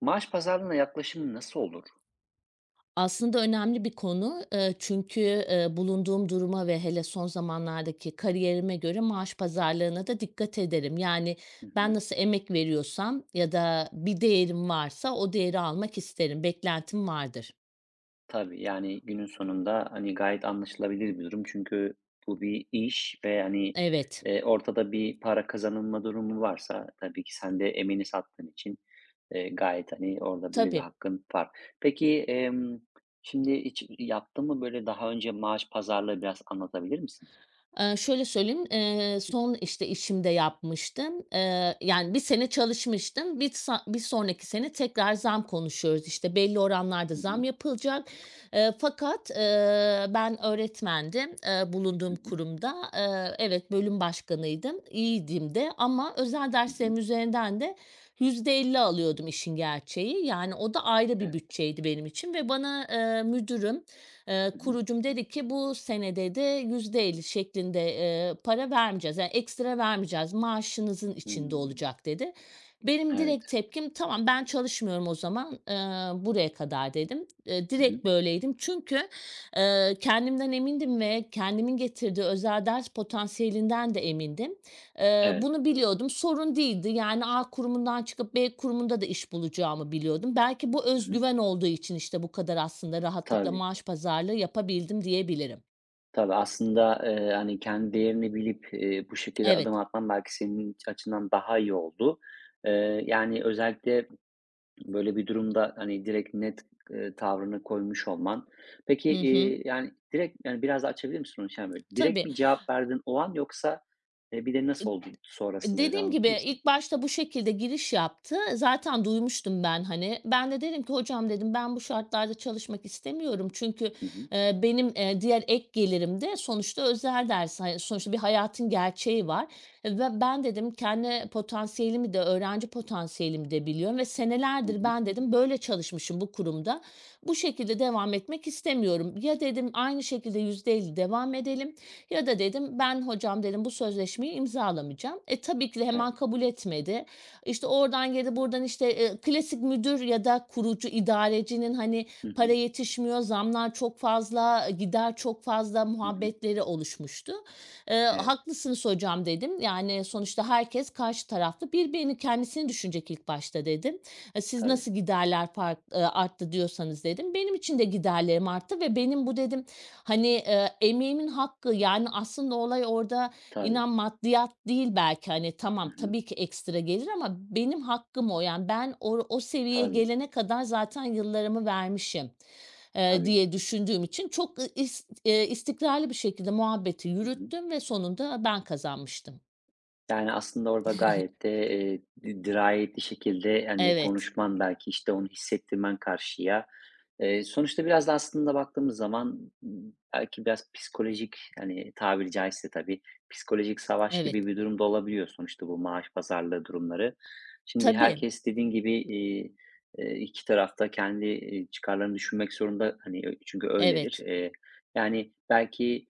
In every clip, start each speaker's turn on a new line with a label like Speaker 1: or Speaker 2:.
Speaker 1: Maaş pazarlığına yaklaşım nasıl olur?
Speaker 2: Aslında önemli bir konu, çünkü, bulunduğum duruma ve hele son zamanlardaki kariyerime göre maaş pazarlığına da dikkat ederim. Yani,
Speaker 1: Hı
Speaker 2: ben
Speaker 1: hı.
Speaker 2: nasıl emek veriyorsam ya da bir değerim varsa o değeri almak isterim. Beklentim vardır.
Speaker 1: Tabii, yani, günün sonunda, hani, gayet anlaşılabilir bir durum. Çünkü bu bir iş ve, hani,
Speaker 2: Evet,
Speaker 1: ortada bir para kazanılma durumu varsa tabii ki sen de emeğini sattığın için, gayet, hani, orada böyle bir
Speaker 2: tabii.
Speaker 1: hakkın var. Peki, şimdi hiç yaptın mı böyle daha önce maaş pazarlığı biraz anlatabilir misin?
Speaker 2: Şöyle söyleyeyim, son, işte, işimde yapmıştım. Yani bir sene çalışmıştım. Bir sonraki sene tekrar zam konuşuyoruz. İşte, belli oranlarda
Speaker 1: Hı
Speaker 2: zam
Speaker 1: hı.
Speaker 2: yapılacak. Fakat, ben öğretmendim,
Speaker 1: Hı
Speaker 2: bulunduğum
Speaker 1: hı.
Speaker 2: kurumda. Evet, bölüm başkanıydım, iyiydim de ama özel
Speaker 1: Hı hı.
Speaker 2: derslerim üzerinden de %50 alıyordum işin gerçeği. Yani o da ayrı bir
Speaker 1: Evet.
Speaker 2: bütçeydi benim için ve bana, müdürüm,
Speaker 1: Hı hı.
Speaker 2: kurucum dedi ki bu sene dedi %50 şeklinde, para vermeyeceğiz, yani ekstra vermeyeceğiz, maaşınızın içinde
Speaker 1: Hımm.
Speaker 2: olacak dedi. Benim
Speaker 1: Evet.
Speaker 2: direkt tepkim tamam ben çalışmıyorum o zaman, buraya kadar dedim.
Speaker 1: Hı hı.
Speaker 2: Direkt böyleydim çünkü, kendimden emindim ve kendimin getirdiği özel ders potansiyelinden de emindim.
Speaker 1: Evet.
Speaker 2: Bunu biliyordum. Sorun değildi. Yani A kurumundan çıkıp B kurumunda da iş bulacağımı biliyordum. Belki bu
Speaker 1: Hı
Speaker 2: öz
Speaker 1: hı.
Speaker 2: güven olduğu için işte bu kadar aslında rahatlıkla
Speaker 1: Tabii.
Speaker 2: maaş pazarlığı yapabildim diyebilirim.
Speaker 1: Tabii, aslında, hani, kendi değerini bilip, bu şekilde adım
Speaker 2: Evet.
Speaker 1: atman belki senin açından daha iyi oldu. Yani, özellikle böyle bir durumda, hani, direkt net, tavrını koymuş olman. Peki,
Speaker 2: Hı hı.
Speaker 1: yani, direkt, yani, biraz daha açabilir misin onu? Yani, böyle direkt
Speaker 2: Tabii.
Speaker 1: mi cevap verdin o an yoksa, bir de nasıl oldu sonrasında biraz
Speaker 2: Dediğim
Speaker 1: anlatır
Speaker 2: gibi
Speaker 1: mısın?
Speaker 2: ilk başta bu şekilde giriş yaptı. Zaten duymuştum ben, hani. Ben de dedim ki "Hocam" dedim, "Ben bu şartlarda çalışmak istemiyorum." Çünkü,
Speaker 1: Hı hı.
Speaker 2: benim, diğer ek gelirim de sonuçta özel ders. Hani, sonuçta bir hayatın gerçeği var. Ve ben dedim kendi potansiyelimi de öğrenci potansiyelimi de biliyorum ve
Speaker 1: Hı
Speaker 2: senelerdir
Speaker 1: hı.
Speaker 2: ben dedim böyle çalışmışım bu kurumda. Bu şekilde devam etmek istemiyorum. Ya dedim aynı şekilde %50 devam edelim ya da dedim, "Ben hocam" dedim, "bu sözleşmeyi imzalamayacağım." Tabii ki de hemen
Speaker 1: Evet.
Speaker 2: kabul etmedi. İşte oradan girdi, buradan işte, klasik müdür ya da kurucu, idarecinin, hani,
Speaker 1: Hı hı.
Speaker 2: para yetişmiyor, zamlar çok fazla, gider çok fazla
Speaker 1: Hı hı.
Speaker 2: muhabbetleri oluşmuştu.
Speaker 1: Evet.
Speaker 2: "Haklısınız hocam." dedim. Yani sonuçta herkes karşı taraflı, birbirini kendisini düşünecek ilk başta dedim. Ha, siz
Speaker 1: Tabii,
Speaker 2: nasıl giderler fark arttı diyorsanız dedim. Benim için de giderlerim arttı ve benim bu dedim, hani, emeğimin hakkı, yani, aslında olay orada
Speaker 1: tabii.
Speaker 2: inan maddiyat değil belki, hani,
Speaker 1: Hı
Speaker 2: tamam
Speaker 1: hı.
Speaker 2: tabii ki ekstra gelir ama benim hakkım o. Yani, ben o seviyeye
Speaker 1: Tabii,
Speaker 2: gelene kadar zaten yıllarımı vermişim,
Speaker 1: tabii.
Speaker 2: diye düşündüğüm için çok, is istikrarlı bir şekilde muhabbeti
Speaker 1: Hı hı.
Speaker 2: yürüttüm ve sonunda ben kazanmıştım.
Speaker 1: Yani, aslında orada gayet de, di dirayetli şekilde, hani,
Speaker 2: Evet,
Speaker 1: konuşman belki, işte, onu hissettirmen karşıya. Sonuçta biraz da aslında baktığımız zaman, belki biraz psikolojik, hani, tabiri caizse tabii, psikolojik savaş
Speaker 2: evet.
Speaker 1: gibi bir durumda da olabiliyor sonuçta bu maaş pazarlığı durumları. Şimdi
Speaker 2: Tabii,
Speaker 1: herkes dediğin gibi, 2 taraf kendi, çıkarlarını düşünmek zorunda, hani, çünkü öyledir.
Speaker 2: evet.
Speaker 1: Yani, belki,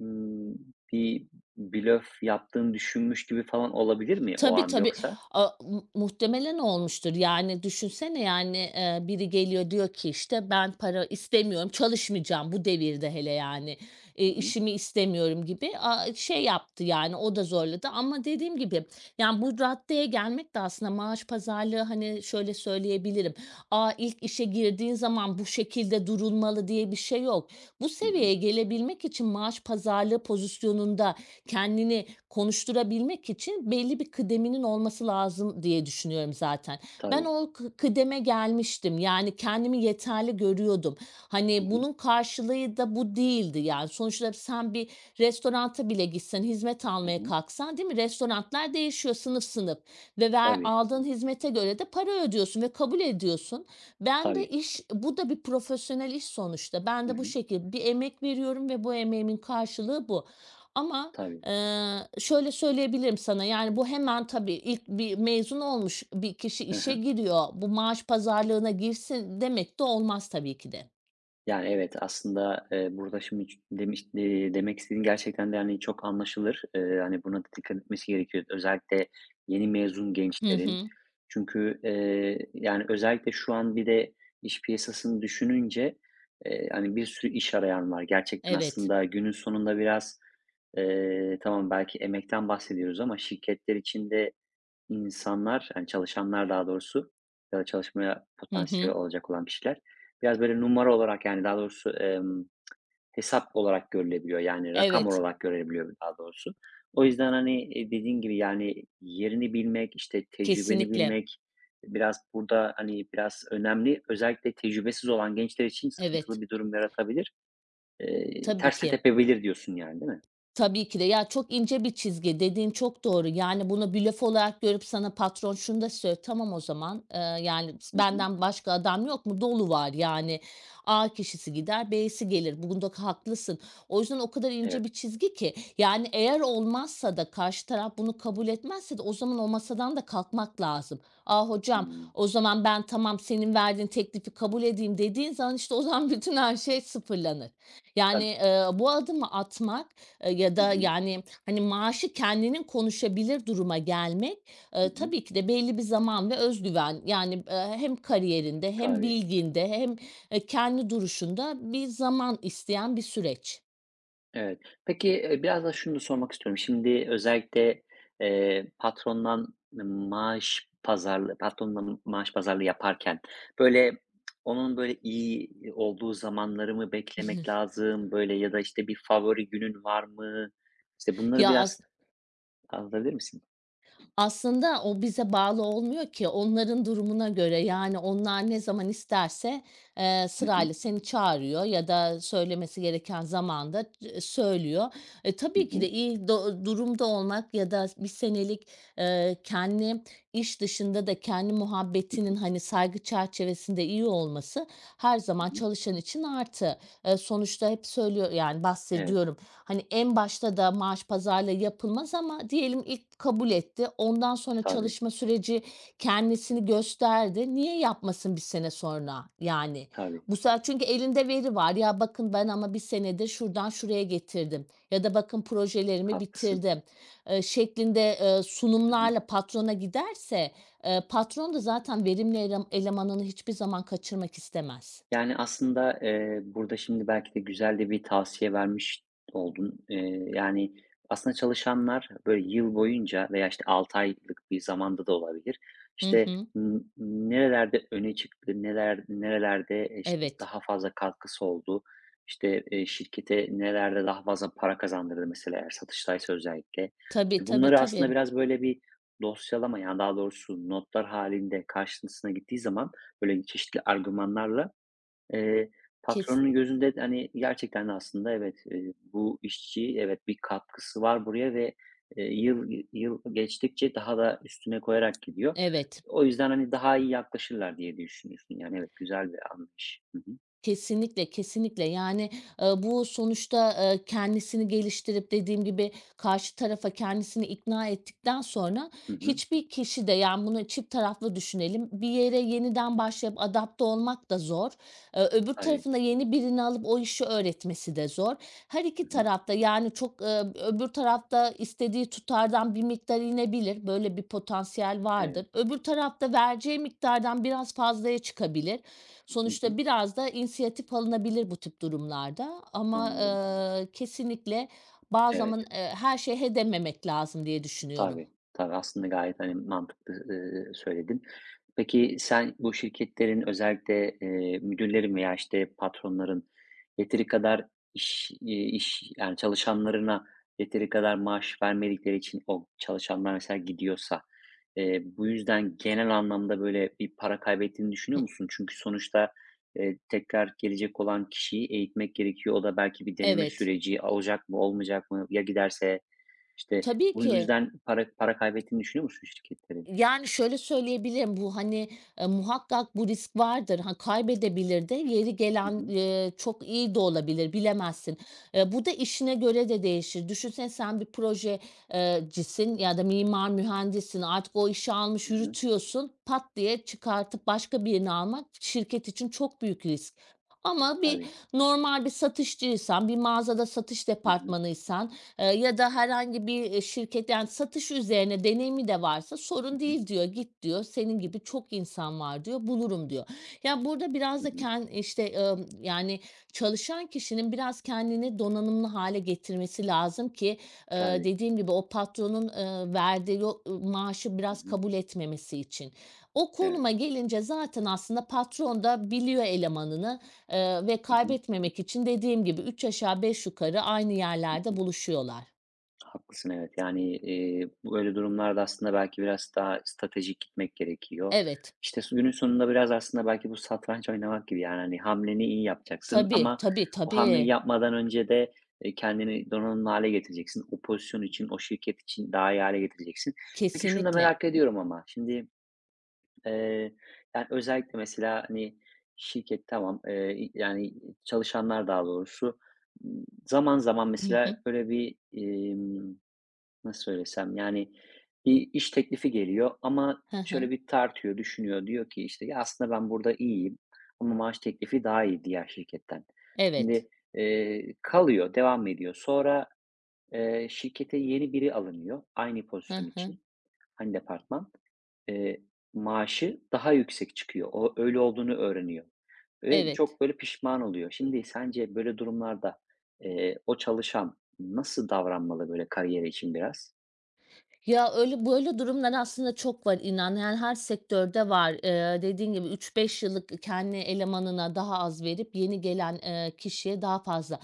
Speaker 1: ımm, bir Blöf yaptığını düşünmüş gibi falan olabilir mi o
Speaker 2: Tabii,
Speaker 1: an
Speaker 2: tabii.
Speaker 1: yoksa?
Speaker 2: A mu Muhtemelen olmuştur. Yani düşünsene, yani, biri geliyor diyor ki, işte, "Ben para istemiyorum, çalışmayacağım." bu devirde hele yani,
Speaker 1: Hı hı.
Speaker 2: "İşimi istemiyorum." gibi, şey yaptı yani, o da zorladı ama dediğim gibi, yani, bu raddeye gelmek de aslında maaş pazarlığı, hani, şöyle söyleyebilirim, "A, ilk işe girdiğin zaman bu şekilde durulmalı." diye bir şey yok. Bu
Speaker 1: Hı hı.
Speaker 2: seviyeye gelebilmek için maaş pazarlığı pozisyonunda kendini konuşturabilmek için belli bir kıdeminin olması lazım diye düşünüyorum zaten. Ben
Speaker 1: Tabii.
Speaker 2: o kıdeme gelmiştim. Yani kendimi yeterli görüyordum.
Speaker 1: Hı
Speaker 2: Hani
Speaker 1: hı.
Speaker 2: bunun karşılığı da bu değildi. Yani sonuçta sen bir restoranta bile gitsen, hizmet
Speaker 1: Hı
Speaker 2: almaya
Speaker 1: hı.
Speaker 2: kalksan, değil mi? Restoranlar değişiyor sınıf sınıf ve ver
Speaker 1: Tabii,
Speaker 2: aldığın hizmete göre de para ödüyorsun ve kabul ediyorsun. Ben de
Speaker 1: tabii.
Speaker 2: bu da bir profesyonel iş sonuçta. Ben
Speaker 1: Hı
Speaker 2: de bu
Speaker 1: hı.
Speaker 2: şekilde bir emek veriyorum ve bu emeğimin karşılığı bu. Ama,
Speaker 1: Tabii.
Speaker 2: Şöyle söyleyebilirim sana, yani, bu hemen tabii ilk bir mezun olmuş bir kişi işe giriyor, bu maaş pazarlığına girsin demek de olmaz tabii ki de.
Speaker 1: Yani, evet, aslında, burada şimdi demiş demek istediğin gerçekten de, hani, çok anlaşılır. Hani, buna da dikkat etmesi gerekiyor. Özellikle yeni mezun
Speaker 2: Hı
Speaker 1: gençlerin.
Speaker 2: hı.
Speaker 1: Çünkü, yani, özellikle şu an bir de iş piyasasını düşününce, hani, bir sürü iş arayan var. Gerçekten
Speaker 2: Evet.
Speaker 1: aslında günün sonunda biraz, tamam belki emekten bahsediyoruz ama şirketler içinde. İnsanlar, yani, çalışanlar daha doğrusu ya da çalışmaya
Speaker 2: Hı hı.
Speaker 1: potansiyeli olacak olan kişiler biraz, böyle, numara olarak, yani, daha doğrusu, hesap olarak görülebiliyor. Yani, rakam
Speaker 2: Evet.
Speaker 1: olarak görülebiliyor daha doğrusu. O yüzden, hani, dediğin gibi, yani, yerini bilmek, işte, tecrübeni
Speaker 2: Kesinlikle.
Speaker 1: bilmek biraz burada, hani, biraz önemli. Özellikle tecrübesiz olan gençler için
Speaker 2: Evet.
Speaker 1: sıkıntılı bir durum yaratabilir.
Speaker 2: Tabii
Speaker 1: Ters de
Speaker 2: ki.
Speaker 1: tepebilir diyorsun, yani, değil mi?
Speaker 2: Tabii ki de. Ya, çok ince bir çizgi, dediğin çok doğru. Yani, bunu blöf olarak görüp sana patron şunu da söylüyor, "Tamam o zaman, yani,
Speaker 1: Hı hı.
Speaker 2: benden başka adam yok mu? Dolu var." Yani, A kişisi gider, B'si gelir. Bunda haklısın. O yüzden o kadar
Speaker 1: Evet.
Speaker 2: ince bir çizgi ki, yani, eğer olmazsa da karşı taraf bunu kabul etmezse de o zaman o masadan da kalkmak lazım. "A, hocam,
Speaker 1: Hımm.
Speaker 2: o zaman ben tamam senin verdiğin teklifi kabul edeyim." dediğin zaman, işte, o zaman bütün her şey sıfırlanır. Yani,
Speaker 1: Tabii.
Speaker 2: bu adımı atmak, ya
Speaker 1: Hı
Speaker 2: da,
Speaker 1: hı.
Speaker 2: yani, hani, maaşı kendinin konuşabilir duruma gelmek,
Speaker 1: Hı hı.
Speaker 2: tabii ki de belli bir zaman ve özgüven yani, hem kariyerinde hem
Speaker 1: Tabii.
Speaker 2: bilginde hem, kendi duruşunda bir zaman isteyen bir süreç.
Speaker 1: Evet. Peki, biraz da şunu da sormak istiyorum. Şimdi özellikle, patrondan maaş pazarlığı patronla maaş pazarlığı yaparken, böyle, onun, böyle, iyi olduğu zamanları mı beklemek lazım, böyle, ya da, işte, bir favori günün var mı? İşte, bunları
Speaker 2: Ya,
Speaker 1: biraz anlatabilir misin?
Speaker 2: aslında o bize bağlı olmuyor ki onların durumuna göre, yani, onlar ne zaman isterse,
Speaker 1: Hı hı.
Speaker 2: sırayla seni çağırıyor ya da söylemesi gereken zamanda söylüyor.
Speaker 1: Hı
Speaker 2: Tabii ki de
Speaker 1: hı.
Speaker 2: iyi durumda olmak ya da bir senelik, kendi iş dışında da kendi muhabbetinin, hani, saygı çerçevesinde iyi olması her
Speaker 1: Hı
Speaker 2: zaman
Speaker 1: hı.
Speaker 2: çalışan için artı. Sonuçta hep söylüyor yani
Speaker 1: Evet.
Speaker 2: bahsediyorum. Hani en başta da maaş pazarlığı yapılmaz ama diyelim ilk kabul etti. Ondan sonra
Speaker 1: Tabii,
Speaker 2: çalışma süreci kendisini gösterdi. Niye yapmasın bir sene sonra yani?
Speaker 1: tabii.
Speaker 2: Bu sefer çünkü elinde veri var. Ya bakın ben ama bir senede şuradan şuraya getirdim ya da bakın projelerimi
Speaker 1: Haklısın.
Speaker 2: bitirdim, şeklinde,
Speaker 1: Hı hı.
Speaker 2: sunumlarla patrona giderse, patron da zaten verimli elemanını hiçbir zaman kaçırmak istemez.
Speaker 1: Yani, aslında, burada şimdi belki de güzel de bir tavsiye vermiş oldun. Yani, aslında çalışanlar, böyle, yıl boyunca veya, işte, 6 aylık bir zamanda da olabilir,
Speaker 2: Hı
Speaker 1: İşte
Speaker 2: hı.
Speaker 1: nerelerde öne çıktı, neler nerelerde, işte,
Speaker 2: Evet.
Speaker 1: daha fazla katkısı oldu, işte, şirkete nelerde daha fazla para kazandırdı mesela eğer satıştaysa özellikle.
Speaker 2: Tabii,
Speaker 1: İşte,
Speaker 2: tabii,
Speaker 1: bunları aslında
Speaker 2: tabii.
Speaker 1: biraz, böyle, bir dosyalama, yani, daha doğrusu notlar halinde karşısına gittiği zaman, böyle, çeşitli argümanlarla Eee,
Speaker 2: Kes
Speaker 1: patronun gözünde de, hani, gerçekten de aslında evet, bu işçi evet bir katkısı var buraya ve, yıl yıl geçtikçe daha da üstüne koyarak gidiyor.
Speaker 2: Evet.
Speaker 1: O yüzden, hani, daha iyi yaklaşırlar diye düşünüyorsun. Yani evet, güzel bir anlayış. Hı hı.
Speaker 2: Kesinlikle, kesinlikle. Yani, bu sonuçta, kendisini geliştirip dediğim gibi karşı tarafa kendisini ikna ettikten sonra
Speaker 1: Hı hı.
Speaker 2: hiçbir kişi de, yani, bunu çift taraflı düşünelim, bir yere yeniden başlayıp adapte olmak da zor. Öbür
Speaker 1: Tabii.
Speaker 2: tarafına yeni birini alıp o işi öğretmesi de zor. Her
Speaker 1: Hı
Speaker 2: iki
Speaker 1: hı.
Speaker 2: tarafta yani, çok, öbür tarafta istediği tutardan bir miktar inebilir. Böyle bir potansiyel vardır.
Speaker 1: Evet.
Speaker 2: Öbür tarafta vereceği miktardan biraz fazlaya çıkabilir.
Speaker 1: Hı hı.
Speaker 2: Sonuçta biraz da inisiyatif alınabilir bu tip durumlarda ama,
Speaker 1: Anladım.
Speaker 2: kesinlikle bazı zaman,
Speaker 1: Evet.
Speaker 2: her şeye lazım diye düşünüyorum.
Speaker 1: Tabii, tabii. Aslında gayet, hani, mantıklı, söyledin. Peki, sen bu şirketlerin özellikle, müdürlerin veya, işte, patronların yeteri kadar iş, yani, çalışanlarına yeteri kadar maaş vermedikleri için o çalışanlar mesela gidiyorsa, bu yüzden genel anlamda, böyle, bir para kaybettiğini
Speaker 2: Hı.
Speaker 1: düşünüyor musun? Çünkü sonuçta, tekrar gelecek olan kişiyi eğitmek gerekiyor. O da belki bir deneme
Speaker 2: Evet.
Speaker 1: süreci olacak mı, olmayacak mı? Ya giderse? İşte,
Speaker 2: Tabii
Speaker 1: bu
Speaker 2: ki.
Speaker 1: yüzden para kaybettiğini düşünüyor musun şirketlerin?
Speaker 2: Yani, şöyle söyleyebilirim, bu, hani, muhakkak bu risk vardır. Ha, kaybedebilir de, yeri
Speaker 1: Hı
Speaker 2: gelen,
Speaker 1: hı.
Speaker 2: çok iyi de olabilir, bilemezsin. Bu da işine göre de değişir. Düşünsene sen bir projecisin ya da mimar, mühendissin. Artık o işi almış
Speaker 1: Hı hı.
Speaker 2: yürütüyorsun. Pat diye çıkartıp başka birini almak şirket için çok büyük risk. Ama
Speaker 1: Tabii.
Speaker 2: normal bir satışçıysan, bir mağazada satış
Speaker 1: Hı hı.
Speaker 2: departmanıysan, ya da herhangi bir, şirket, yani, satış üzerine deneyimi de varsa
Speaker 1: Hı
Speaker 2: sorun
Speaker 1: hı.
Speaker 2: değil diyor, git diyor, senin gibi çok insan var diyor, bulurum diyor. Ya, burada biraz
Speaker 1: Hı
Speaker 2: da
Speaker 1: hı.
Speaker 2: işte, yani, çalışan kişinin biraz kendini donanımlı hale getirmesi lazım ki,
Speaker 1: Tabii.
Speaker 2: dediğim gibi o patronun, verdiği o maaşı
Speaker 1: Hı
Speaker 2: biraz
Speaker 1: hı.
Speaker 2: kabul etmemesi için. O
Speaker 1: Evet.
Speaker 2: konuma gelince zaten aslında patron da biliyor elemanını, ve
Speaker 1: Hı hı.
Speaker 2: kaybetmemek için dediğim gibi 3 aşağı 5 yukarı aynı
Speaker 1: Hı
Speaker 2: yerlerde
Speaker 1: hı.
Speaker 2: buluşuyorlar.
Speaker 1: Haklısın, evet. Yani, böyle durumlarda aslında belki biraz daha stratejik gitmek gerekiyor.
Speaker 2: Evet.
Speaker 1: İşte, günün sonunda biraz aslında belki bu satranç oynamak gibi, yani, hani, hamleni iyi yapacaksın
Speaker 2: Tabii,
Speaker 1: ama
Speaker 2: tabii,
Speaker 1: o hamleyi
Speaker 2: tabii.
Speaker 1: yapmadan önce de, kendini donanımlı hâle getireceksin. O pozisyon için, o şirket için daha iyi hale getireceksin. Peki şunu da
Speaker 2: Kesinlikle.
Speaker 1: merak ediyorum ama şimdi Eee, yani, özellikle mesela, hani, şirket tamam, yani, çalışanlar daha doğrusu, zaman zaman
Speaker 2: Hı hı.
Speaker 1: mesela böyle bir, nasıl söylesem, yani, bir iş teklifi geliyor ama
Speaker 2: Hı
Speaker 1: şöyle
Speaker 2: hı.
Speaker 1: bir tartıyor, düşünüyor. Diyor ki, işte, "Ya, aslında ben burada iyiyim ama maaş teklifi daha iyi diğer şirketten."
Speaker 2: Evet.
Speaker 1: Şimdi, kalıyor, devam ediyor. Sonra, şirkete yeni biri alınıyor aynı
Speaker 2: Hı
Speaker 1: pozisyon
Speaker 2: hı.
Speaker 1: için, aynı departman. Eee, maaşı daha yüksek çıkıyor. O öyle olduğunu öğreniyor ve
Speaker 2: Evet.
Speaker 1: çok böyle pişman oluyor. Şimdi sence böyle durumlarda, o çalışan nasıl davranmalı böyle kariyeri için biraz?
Speaker 2: Ya, öyle böyle durumlar aslında çok var inan. Yani her sektörde var. Dediğin gibi üç beş yıllık kendi elemanına daha az verip yeni gelen, kişiye daha fazla.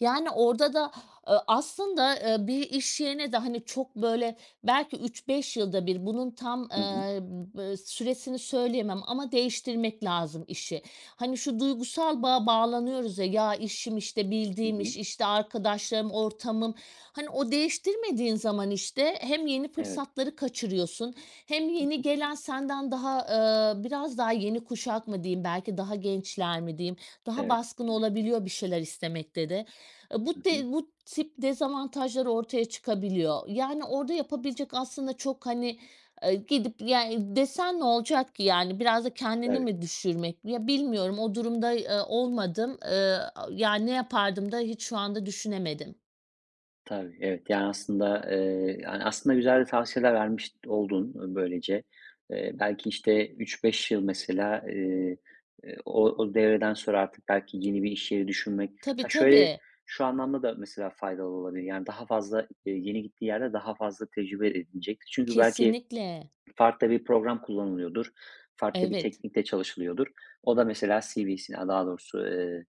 Speaker 2: Yani orada da, aslında, bir iş yerine de hani çok böyle belki üç beş yılda bir bunun tam,
Speaker 1: Hı hı.
Speaker 2: süresini söyleyemem ama değiştirmek lazım işi. Hani şu duygusal bağa bağlanıyoruz ya, ya işim, işte
Speaker 1: Hı
Speaker 2: bildiğim iş,
Speaker 1: hı.
Speaker 2: işte arkadaşlarım, ortamım. Hani o değiştirmediğin zaman işte hem yeni
Speaker 1: Evet.
Speaker 2: fırsatları kaçırıyorsun hem
Speaker 1: Hı
Speaker 2: yeni
Speaker 1: hı.
Speaker 2: gelen senden daha, biraz daha yeni kuşak mı diyeyim, belki daha gençler mi diyeyim, daha
Speaker 1: Evet.
Speaker 2: baskın olabiliyor bir şeyler istemekte de.
Speaker 1: Hı hı.
Speaker 2: Bu tip dezavantajlar ortaya çıkabiliyor. Yani, orada yapabilecek aslında çok, hani, gidip, yani, desen ne olacak ki, yani, biraz da kendini
Speaker 1: Tabii.
Speaker 2: mi düşürmek? Ya, bilmiyorum, o durumda, olmadım. Yani, ne yapardım da hiç şu anda düşünemedim.
Speaker 1: Tabii, evet. Yani, aslında, aslında güzel tavsiyeler vermiş oldun, böylece. Belki, işte, üç beş yıl mesela, o devreden sonra artık belki yeni bir iş yeri düşünmek
Speaker 2: Tabii,
Speaker 1: Ha, şöyle,
Speaker 2: tabii.
Speaker 1: şu anlamda da mesela faydalı olabilir. Yani, daha fazla, yeni gittiği yerde daha fazla tecrübe edinecektir. Çünkü belki
Speaker 2: Kesinlikle.
Speaker 1: Farklı bir program kullanılıyordur, farklı bir
Speaker 2: Evet.
Speaker 1: teknikte çalışılıyordur. O da mesela CV'sine daha doğrusu,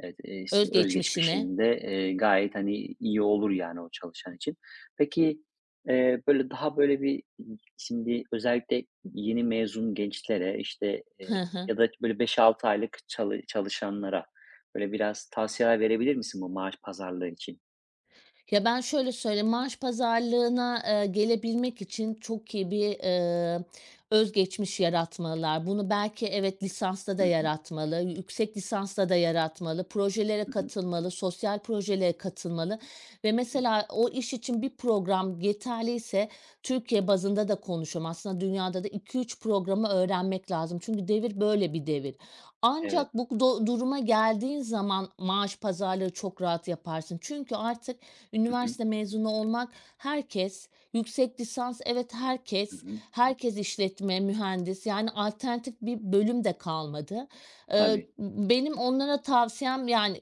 Speaker 1: evet, s
Speaker 2: Öz
Speaker 1: öz
Speaker 2: geçmişine.
Speaker 1: geçmişinde, gayet, hani, iyi olur yani o çalışan için. Peki, böyle, daha böyle bir şimdi özellikle yeni mezun gençlere, işte, ya da böyle beş altı aylık çalışanlara, böyle, biraz tavsiyeler verebilir misin bu maaş pazarlığı için?
Speaker 2: Ya, ben şöyle söyleyeyim, maaş pazarlığına, gelebilmek için çok iyi bir, özgeçmiş yaratmalılar. Bunu belki evet, lisansta da
Speaker 1: Hı hı.
Speaker 2: yaratmalı, yüksek lisansta da yaratmalı, projelere
Speaker 1: Hı hı.
Speaker 2: katılmalı, sosyal projelere katılmalı ve
Speaker 1: Hı hı.
Speaker 2: mesela o iş için bir program yeterliyse Türkiye bazında da konuşuyorum, aslında dünyada da iki üç programı öğrenmek lazım. Çünkü devir böyle bir devir.
Speaker 1: Evet.
Speaker 2: Ancak bu duruma geldiğin zaman maaş pazarlığı çok rahat yaparsın. Çünkü artık
Speaker 1: Hı hı.
Speaker 2: üniversite mezunu olmak herkes, yüksek lisans evet
Speaker 1: Hı
Speaker 2: herkes,
Speaker 1: hı.
Speaker 2: herkes işletme, mühendis yani alternatif bir bölüm de kalmadı.
Speaker 1: Tabii.
Speaker 2: Benim onlara tavsiyem yani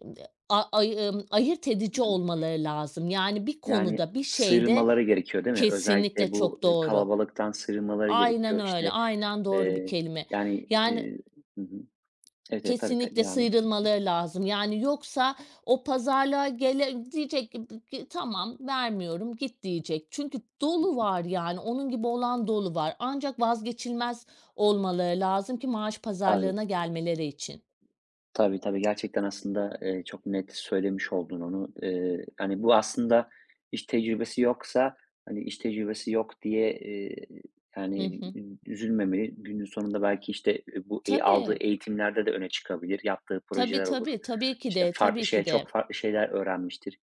Speaker 2: a ay ayırt
Speaker 1: Hı
Speaker 2: edici
Speaker 1: hı.
Speaker 2: olmaları lazım. Yani bir
Speaker 1: Yani,
Speaker 2: konuda, bir şeyde
Speaker 1: sıyrılmaları gerekiyor, değil mi?
Speaker 2: kesinlikle
Speaker 1: Özellikle bu,
Speaker 2: çok doğru.
Speaker 1: kalabalıktan sıyrılmaları
Speaker 2: Aynen
Speaker 1: gerekiyor.
Speaker 2: öyle,
Speaker 1: İşte,
Speaker 2: aynen doğru bir
Speaker 1: eee,
Speaker 2: kelime.
Speaker 1: yani,
Speaker 2: Yani
Speaker 1: eee Hı hı. Evet, evet, tabii, tabii,
Speaker 2: kesinlikle
Speaker 1: devam et.
Speaker 2: sıyrılmaları lazım. Yani yoksa o pazarlığa diyecek ki "Tamam, vermiyorum, git." diyecek. Çünkü
Speaker 1: Hı
Speaker 2: dolu
Speaker 1: hı.
Speaker 2: var yani, onun gibi olan dolu var. Ancak vazgeçilmez olmaları lazım ki maaş
Speaker 1: Tabii.
Speaker 2: pazarlığına gelmeleri için.
Speaker 1: Tabii, tabii. Gerçekten aslında, çok net söylemiş oldun onu. Hani, bu aslında iş tecrübesi yoksa, hani, iş tecrübesi yok diye,
Speaker 2: Hı
Speaker 1: yani,
Speaker 2: hı.
Speaker 1: üzülmemeli. Günün sonunda belki, işte, bu aldığı
Speaker 2: Tabii,
Speaker 1: eğitimlerde de öne çıkabilir. Yaptığı
Speaker 2: tabii,
Speaker 1: projeler olur.
Speaker 2: tabii, tabii ki
Speaker 1: İşte,
Speaker 2: de,
Speaker 1: farklı
Speaker 2: tabii ki
Speaker 1: şeye
Speaker 2: de.
Speaker 1: çok farklı şeyler öğrenmiştir.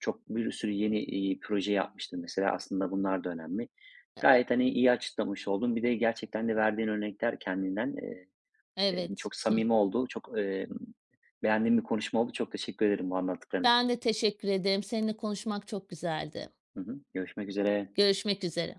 Speaker 1: Çok bir sürü yeni, proje yapmıştır mesela. Aslında bunlar da önemli. Gayet, hani, iyi açıklamış oldun. Bir de gerçekten de verdiğin örnekler kendinden,
Speaker 2: Evet.
Speaker 1: çok samimi oldu. Çok, beğendiğim bir konuşma oldu. Çok teşekkür ederim bu anlattıkların
Speaker 2: Ben
Speaker 1: için.
Speaker 2: de teşekkür ederim. Seninle konuşmak çok güzeldi.
Speaker 1: Hı hı. Görüşmek üzere.
Speaker 2: Görüşmek üzere.